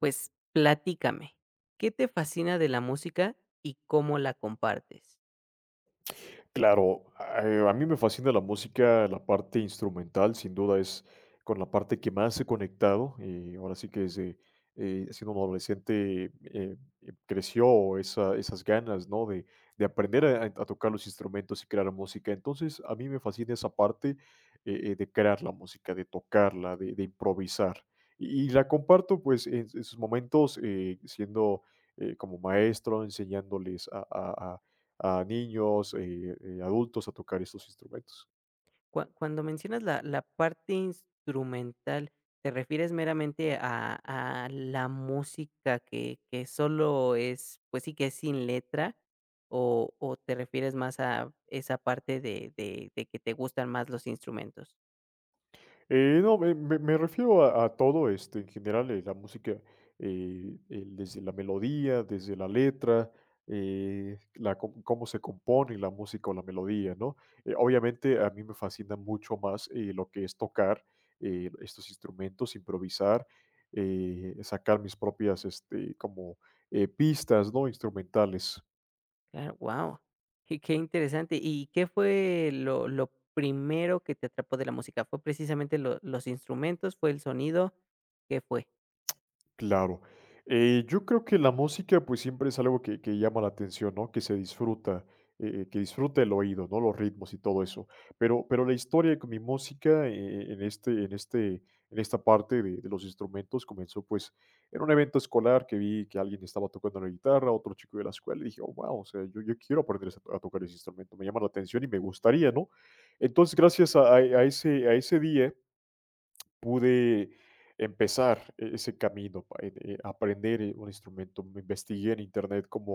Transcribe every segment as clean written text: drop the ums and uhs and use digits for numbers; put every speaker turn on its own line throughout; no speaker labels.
Pues platícame, ¿qué te fascina de la música y cómo la compartes?
Claro, a mí me fascina la música, la parte instrumental, sin duda es con la parte que más he conectado. Y ahora sí que desde siendo un adolescente creció esas ganas, ¿no? De aprender a tocar los instrumentos y crear música. Entonces, a mí me fascina esa parte de crear la música, de tocarla, de improvisar. Y la comparto, pues, en sus momentos siendo como maestro, enseñándoles a niños, adultos a tocar estos instrumentos.
Cuando mencionas la parte instrumental, ¿te refieres meramente a la música que solo es, pues sí que es sin letra? O te refieres más a esa parte de, de que te gustan más los instrumentos?
No, me refiero a todo, este, en general, la música, el desde la melodía, desde la letra, la com cómo se compone la música o la melodía, ¿no? Obviamente, a mí me fascina mucho más, lo que es tocar, estos instrumentos, improvisar, sacar mis propias, este, como, pistas, ¿no?, instrumentales.
Claro, wow, y qué interesante. ¿Y qué fue lo primero que te atrapó de la música? ¿Fue precisamente lo los instrumentos? ¿Fue el sonido? ¿Qué fue?
Claro. Yo creo que la música, pues siempre es algo que llama la atención, ¿no? Que se disfruta, que disfruta el oído, ¿no? Los ritmos y todo eso. Pero la historia con mi música en este, en esta parte de los instrumentos comenzó, pues, en un evento escolar que vi que alguien estaba tocando la guitarra, otro chico de la escuela, y dije, oh, wow, o sea, yo quiero aprender a tocar ese instrumento, me llama la atención y me gustaría, ¿no? Entonces, gracias a ese día pude empezar ese camino, pa aprender, un instrumento. Me investigué en Internet cómo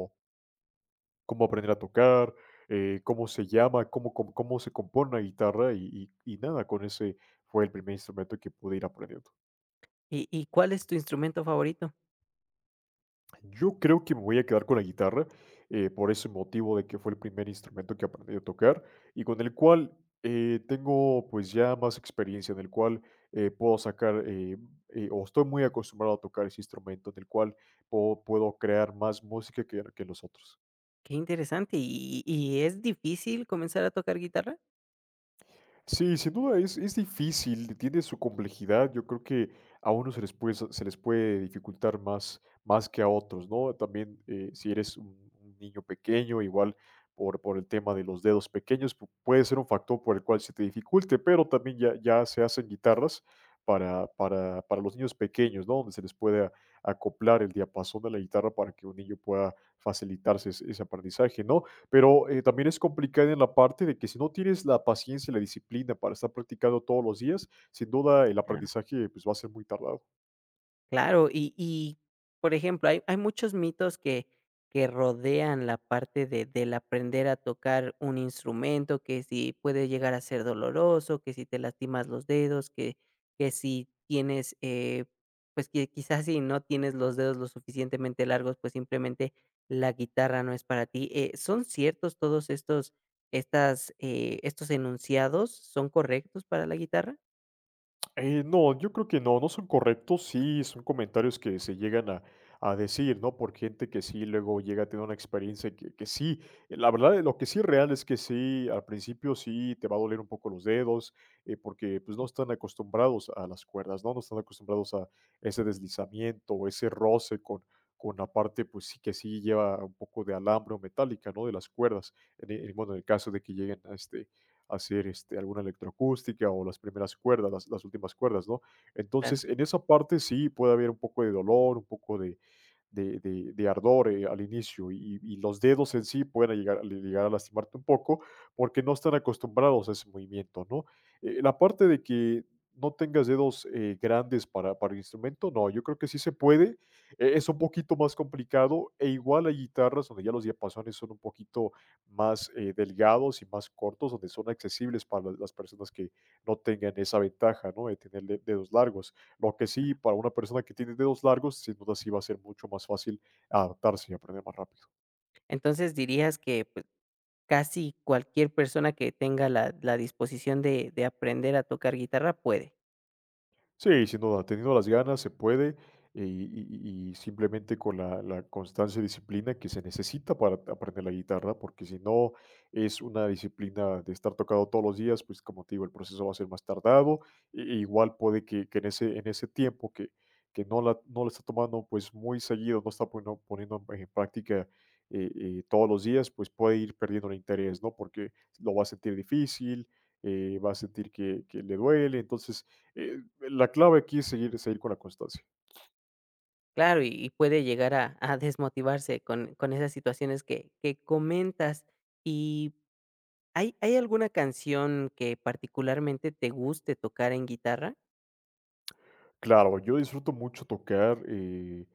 cómo aprender a tocar, cómo se llama, cómo se compone una guitarra y y nada, con ese fue el primer instrumento que pude ir aprendiendo.
¿Y cuál es tu instrumento favorito?
Yo creo que me voy a quedar con la guitarra, por ese motivo de que fue el primer instrumento que aprendí a tocar y con el cual, tengo, pues, ya más experiencia, en el cual, eh, puedo sacar, eh, o estoy muy acostumbrado a tocar ese instrumento, del cual puedo crear más música que los otros.
Qué interesante. ¿Y es difícil comenzar a tocar guitarra?
Sí, sin duda es difícil, tiene su complejidad. Yo creo que a unos se les puede dificultar más, más que a otros, ¿no? También si eres un niño pequeño, igual por el tema de los dedos pequeños, puede ser un factor por el cual se te dificulte, pero también ya, ya se hacen guitarras para los niños pequeños, ¿no? Donde se les puede acoplar el diapasón de la guitarra para que un niño pueda facilitarse ese aprendizaje, ¿no? Pero, también es complicada en la parte de que si no tienes la paciencia y la disciplina para estar practicando todos los días, sin duda el aprendizaje, pues, va a ser muy tardado.
Claro, y por ejemplo, hay muchos mitos que rodean la parte de del aprender a tocar un instrumento, que si puede llegar a ser doloroso, que si te lastimas los dedos, que si tienes, pues, que quizás si no tienes los dedos lo suficientemente largos, pues, simplemente la guitarra no es para ti, ¿son ciertos todos estos estas, estos enunciados? ¿Son correctos para la guitarra?
No, yo creo que no, no son correctos. Sí, son comentarios que se llegan a decir, ¿no? Por gente que sí luego llega a tener una experiencia que sí, lo que sí es real es que sí, al principio sí te va a doler un poco los dedos, porque pues no están acostumbrados a las cuerdas, ¿no? No están acostumbrados a ese deslizamiento, ese roce con la parte, pues sí que sí lleva un poco de alambre o metálica, ¿no? De las cuerdas, bueno, en el caso de que lleguen a este hacer este, alguna electroacústica o las primeras cuerdas, las últimas cuerdas, ¿no?
Claro.
Entonces, en esa parte sí puede haber un poco de dolor, un poco de, de ardor al inicio y los dedos en sí pueden llegar, llegar a lastimarte un poco porque no están acostumbrados a ese movimiento, ¿no? La parte de que no tengas dedos grandes para el instrumento, no, yo creo que sí se puede, es un poquito más complicado e igual hay guitarras donde ya los diapasones son un poquito más delgados y más cortos, donde son accesibles para las personas que no tengan esa ventaja, ¿no? De tener dedos largos. Lo que sí, para una persona que tiene dedos largos, sin duda sí va a ser mucho más fácil adaptarse y aprender más rápido.
Entonces, ¿dirías que, pues, casi cualquier persona que tenga la disposición de aprender a tocar guitarra puede?
Sí, sin duda, teniendo las ganas se puede, eh, y y simplemente con la constancia y disciplina que se necesita para aprender la guitarra, porque si no es una disciplina de estar tocado todos los días, pues, como te digo, el proceso va a ser más tardado, i igual puede que en ese tiempo que no la no la está tomando, pues, muy seguido, no está poniendo en práctica, todos los días, pues, puede ir perdiendo el interés, ¿no? Porque lo va a sentir difícil, va a sentir que le duele, entonces la clave aquí es seguir, seguir con la constancia.
Claro, y puede llegar a desmotivarse con esas situaciones que comentas. Y, ¿hay alguna canción que particularmente te guste tocar en guitarra?
Claro, yo disfruto mucho tocar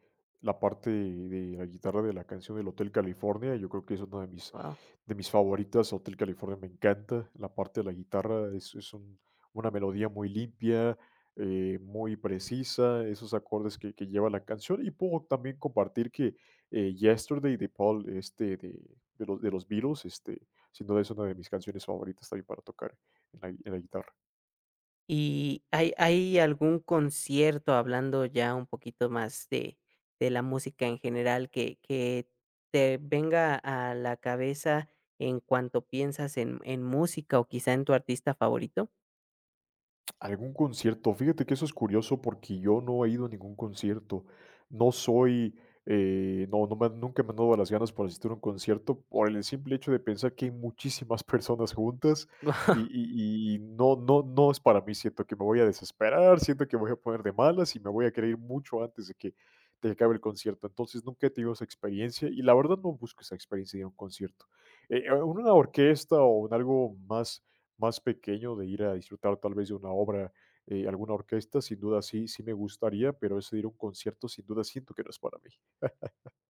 la parte de la guitarra de la canción del Hotel California. Yo creo que es una
Wao.
de mis favoritas. Hotel California me encanta. La parte de la guitarra es, una melodía muy limpia, muy precisa. Esos acordes que lleva la canción. Y puedo también compartir que Yesterday de Paul, este, de los Beatles, este, sin duda es una de mis canciones favoritas también para tocar en la guitarra.
¿Y hay algún concierto, hablando ya un poquito más de la música en general, que te venga a la cabeza en cuanto piensas en música o quizá en tu artista favorito?
¿Algún concierto? Fíjate que eso es curioso porque yo no he ido a ningún concierto. No soy, no, nunca me han dado las ganas por asistir a un concierto por el simple hecho de pensar que hay muchísimas personas juntas y,
Guau,
y no, no, no es para mí. Siento que me voy a desesperar, siento que me voy a poner de malas y me voy a querer ir mucho antes de que acabe el concierto. Entonces nunca he tenido esa experiencia y la verdad no busco esa experiencia de ir a un concierto. En una orquesta o en algo más más pequeño, de ir a disfrutar tal vez de una obra, alguna orquesta, sin duda sí, sí me gustaría, pero eso de ir a un concierto, sin duda siento que no es para mí.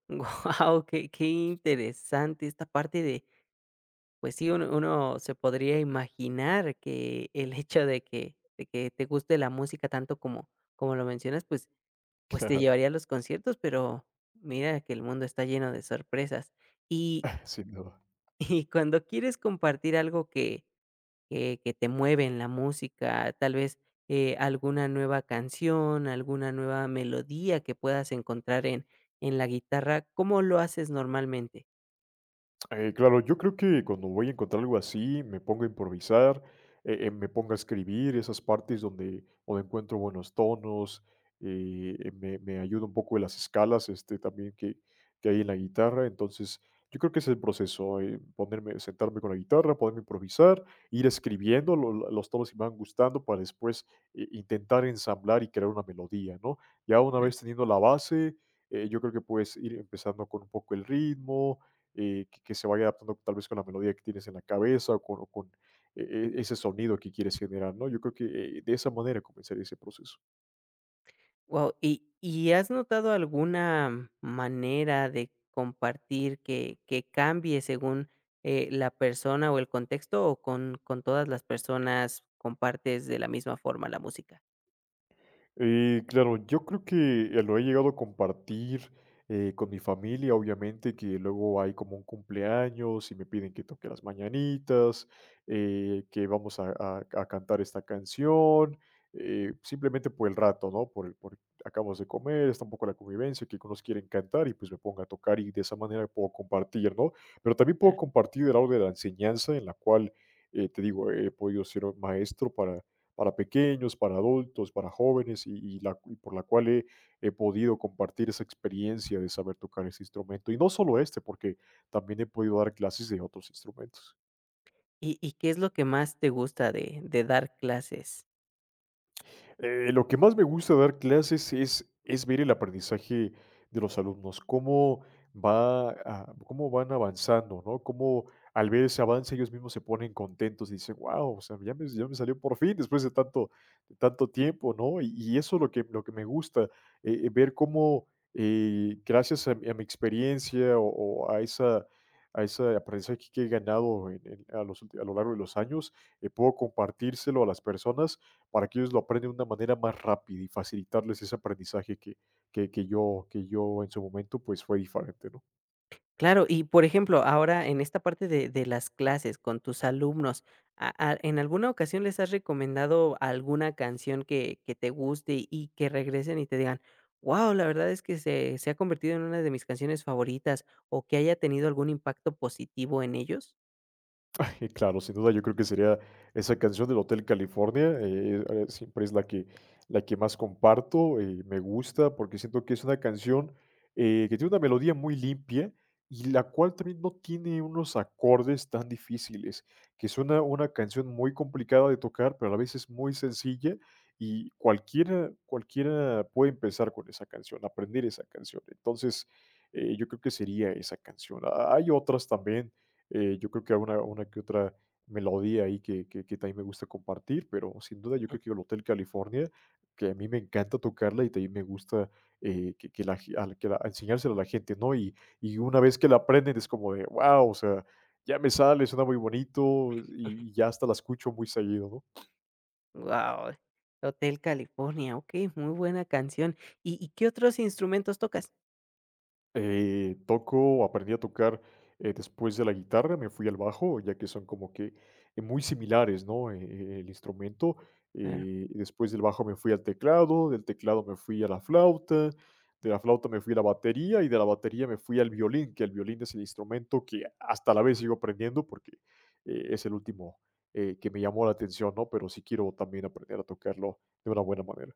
guau, qué qué interesante esta parte de pues sí, uno se podría imaginar que el hecho de que te guste la música tanto como como lo mencionas, pues pues te
Claro,
llevaría a los conciertos, pero mira que el mundo está lleno de sorpresas. Y
sin duda.
y cuando quieres compartir algo que te mueve en la música, tal vez, alguna nueva canción, alguna nueva melodía que puedas encontrar en la guitarra, ¿cómo lo haces normalmente?
Claro, yo creo que cuando voy a encontrar algo así, me pongo a improvisar, me pongo a escribir esas partes donde, donde encuentro buenos tonos, me ayuda un poco de las escalas este, también que hay en la guitarra. Entonces, yo creo que ese es el proceso, ponerme, sentarme con la guitarra, ponerme a improvisar, ir escribiendo los tonos que me van gustando para después intentar ensamblar y crear una melodía, ¿no? Ya una vez teniendo la base, yo creo que puedes ir empezando con un poco el ritmo que se vaya adaptando tal vez con la melodía que tienes en la cabeza o con, eh, ese sonido que quieres generar, ¿no? Yo creo que de esa manera comenzaría ese proceso.
Wow, ¿y has notado alguna manera de compartir que cambie según, la persona o el contexto, o con todas las personas compartes de la misma forma la música?
Claro, yo creo que lo he llegado a compartir con mi familia, obviamente, que luego hay como un cumpleaños y me piden que toque las mañanitas, que vamos a cantar esta canción, simplemente por el rato, ¿no? Por acabamos de comer, está un poco la convivencia, que algunos quieren cantar y pues me pongo a tocar y de esa manera puedo compartir, ¿no? Pero también
Ah.
puedo compartir el lado de la enseñanza en la cual, te digo, he podido ser un maestro para pequeños, para adultos, para jóvenes y la, y por la cual he, he podido compartir esa experiencia de saber tocar ese instrumento. Y no solo este, porque también he podido dar clases de otros instrumentos.
¿Y qué es lo que más te gusta de dar clases?
Lo que más me gusta dar clases es ver el aprendizaje de los alumnos, cómo, cómo van avanzando, ¿no? Cómo al ver ese avance ellos mismos se ponen contentos y dicen, wow, o sea, ya me salió por fin después de tanto tiempo, ¿no? Y eso es lo que me gusta, ver cómo gracias a mi experiencia o a esa... a ese aprendizaje que he ganado a lo largo de los años, puedo compartírselo a las personas para que ellos lo aprendan de una manera más rápida y facilitarles ese aprendizaje que, que yo en su momento pues fue diferente, ¿no?
Claro, y por ejemplo, ahora en esta parte de las clases con tus alumnos, a en alguna ocasión les has recomendado alguna canción que te guste y que regresen y te digan: "Guau, la verdad es que se se ha convertido en una de mis canciones favoritas", o que haya tenido algún impacto positivo en ellos?
Claro, sin duda yo creo que sería esa canción del Hotel California. Siempre es la que más comparto. Me gusta porque siento que es una canción, que tiene una melodía muy limpia y la cual también no tiene unos acordes tan difíciles, que suena una canción muy complicada de tocar, pero a la vez es muy sencilla y cualquiera puede empezar con esa canción, aprender esa canción. Entonces, yo creo que sería esa canción. Ah, hay otras también. Yo creo que hay una que otra melodía ahí que también me gusta compartir, pero sin duda yo creo que el Hotel California, que a mí me encanta tocarla y también me gusta, que la ge a la que la enseñársela a la gente, ¿no? Y una vez que la aprenden es como de, wow, o sea, ya me sale, suena muy bonito y ya hasta la escucho muy seguido, ¿no?
Guau, Hotel California, okey, muy buena canción, ¿y qué otros instrumentos tocas?
Toco, aprendí a tocar, después de la guitarra, me fui al bajo, ya que son como que, muy similares, ¿no? El instrumento. Y después del bajo me fui al teclado, del teclado me fui a la flauta, de la flauta me fui a la batería y de la batería me fui al violín, que el violín es el instrumento que hasta la vez sigo aprendiendo porque, es el último, que me llamó la atención, ¿no? Pero sí quiero también aprender a tocarlo de una buena manera.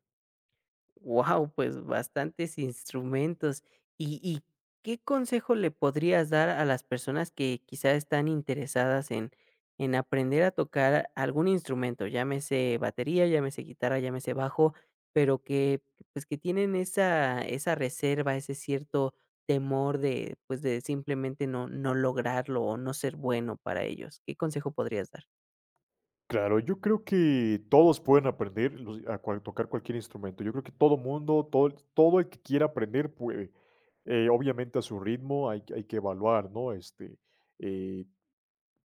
Wow, pues bastantes instrumentos. ¿Y qué consejo le podrías dar a las personas que quizá están interesadas en aprender a tocar algún instrumento? Llámese batería, llámese guitarra, llámese bajo, pero que, pues, que tienen esa reserva, ese cierto temor de, pues, de simplemente no lograrlo o no ser bueno para ellos. ¿Qué consejo podrías
Claro, yo creo que todos pueden aprender los a cual tocar cualquier instrumento. Yo creo que todo mundo, todo el que quiera aprender puede. Obviamente a su ritmo hay que evaluar, ¿no? Eh,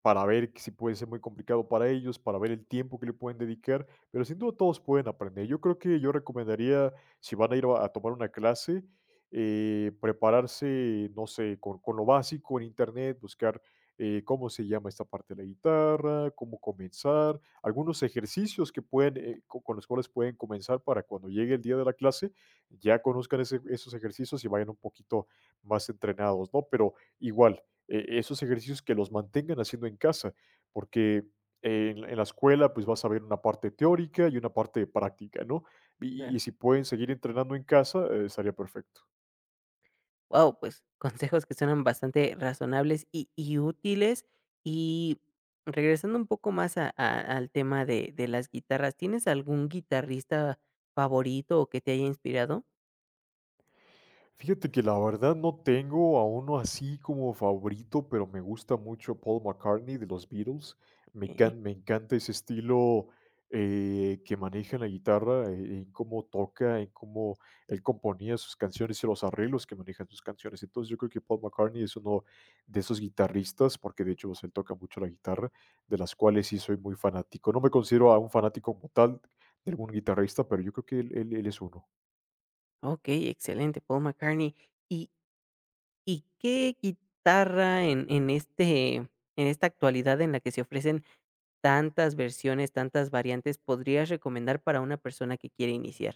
para ver que si puede ser muy complicado para ellos, para ver el tiempo que le pueden dedicar, pero sin duda todos pueden aprender. Yo creo que yo recomendaría, si van a ir a tomar una clase, prepararse, no sé, con lo básico en Internet, buscar cómo se llama esta parte de la guitarra, cómo comenzar, algunos ejercicios que pueden, con los cuales pueden comenzar para cuando llegue el día de la clase, ya conozcan esos ejercicios y vayan un poquito más entrenados, ¿no? Pero igual, esos ejercicios que los mantengan haciendo en casa, porque en la escuela pues vas a ver una parte teórica y una parte práctica, ¿no? Y,
dar?
y si pueden seguir entrenando en casa, estaría perfecto.
Wow, pues consejos que suenan bastante razonables y útiles. Y regresando un poco más a al tema de las guitarras, ¿tienes algún guitarrista favorito o que te haya inspirado?
Fíjate que la verdad no tengo a uno así como favorito, pero me gusta mucho Paul McCartney, de los Beatles.
Okey,
Me encanta ese estilo que maneja en la guitarra, en cómo toca, en cómo él componía sus canciones y los arreglos que manejan sus canciones. Entonces yo creo que Paul McCartney es uno de esos guitarristas, porque de hecho pues, él toca mucho la guitarra, de las cuales sí soy muy fanático. No me considero a un fanático como tal de algún guitarrista, pero yo creo que él él es uno.
okey, excelente, Paul McCartney. ¿Y qué guitarra en este en esta actualidad en la que se ofrecen tantas versiones, tantas variantes podrías recomendar para una persona que quiere iniciar?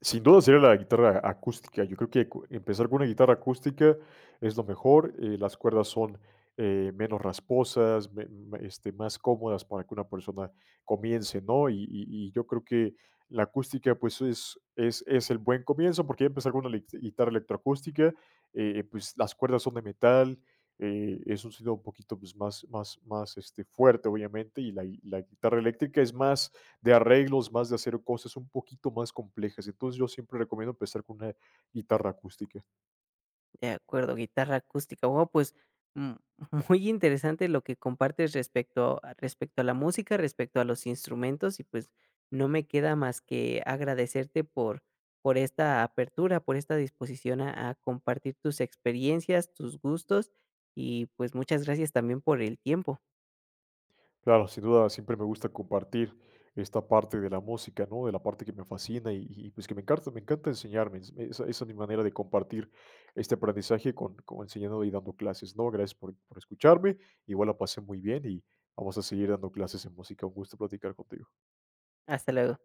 Sin duda sería la guitarra acústica. Yo creo que empezar con una guitarra acústica es lo mejor. Las cuerdas son menos rasposas, este, más cómodas para que una persona comience, ¿no? Y, y yo creo que la acústica, pues, es el buen comienzo, porque empezar con una guitarra electroacústica, pues las cuerdas son de metal, es un sonido un poquito pues, más este, fuerte, obviamente, y la guitarra eléctrica es más de arreglos, más de hacer cosas un poquito más complejas. Entonces yo siempre recomiendo empezar con una guitarra acústica.
De acuerdo, guitarra acústica. Wow, pues, mm, muy interesante lo que compartes respecto a respecto a la música, respecto a los instrumentos y, pues, no me queda más que agradecerte por esta apertura, por esta disposición a compartir tus experiencias, tus gustos y, pues, muchas gracias también por el tiempo.
Claro, sin duda siempre me gusta compartir esta parte de la música, ¿no? De la parte que me fascina y, pues que me encanta enseñarme. Esa, esa es mi manera de compartir este aprendizaje con enseñando y dando clases, ¿no? Gracias por escucharme. Igual la pasé muy bien y vamos a seguir dando clases en música. Un gusto platicar contigo.
Hasta luego.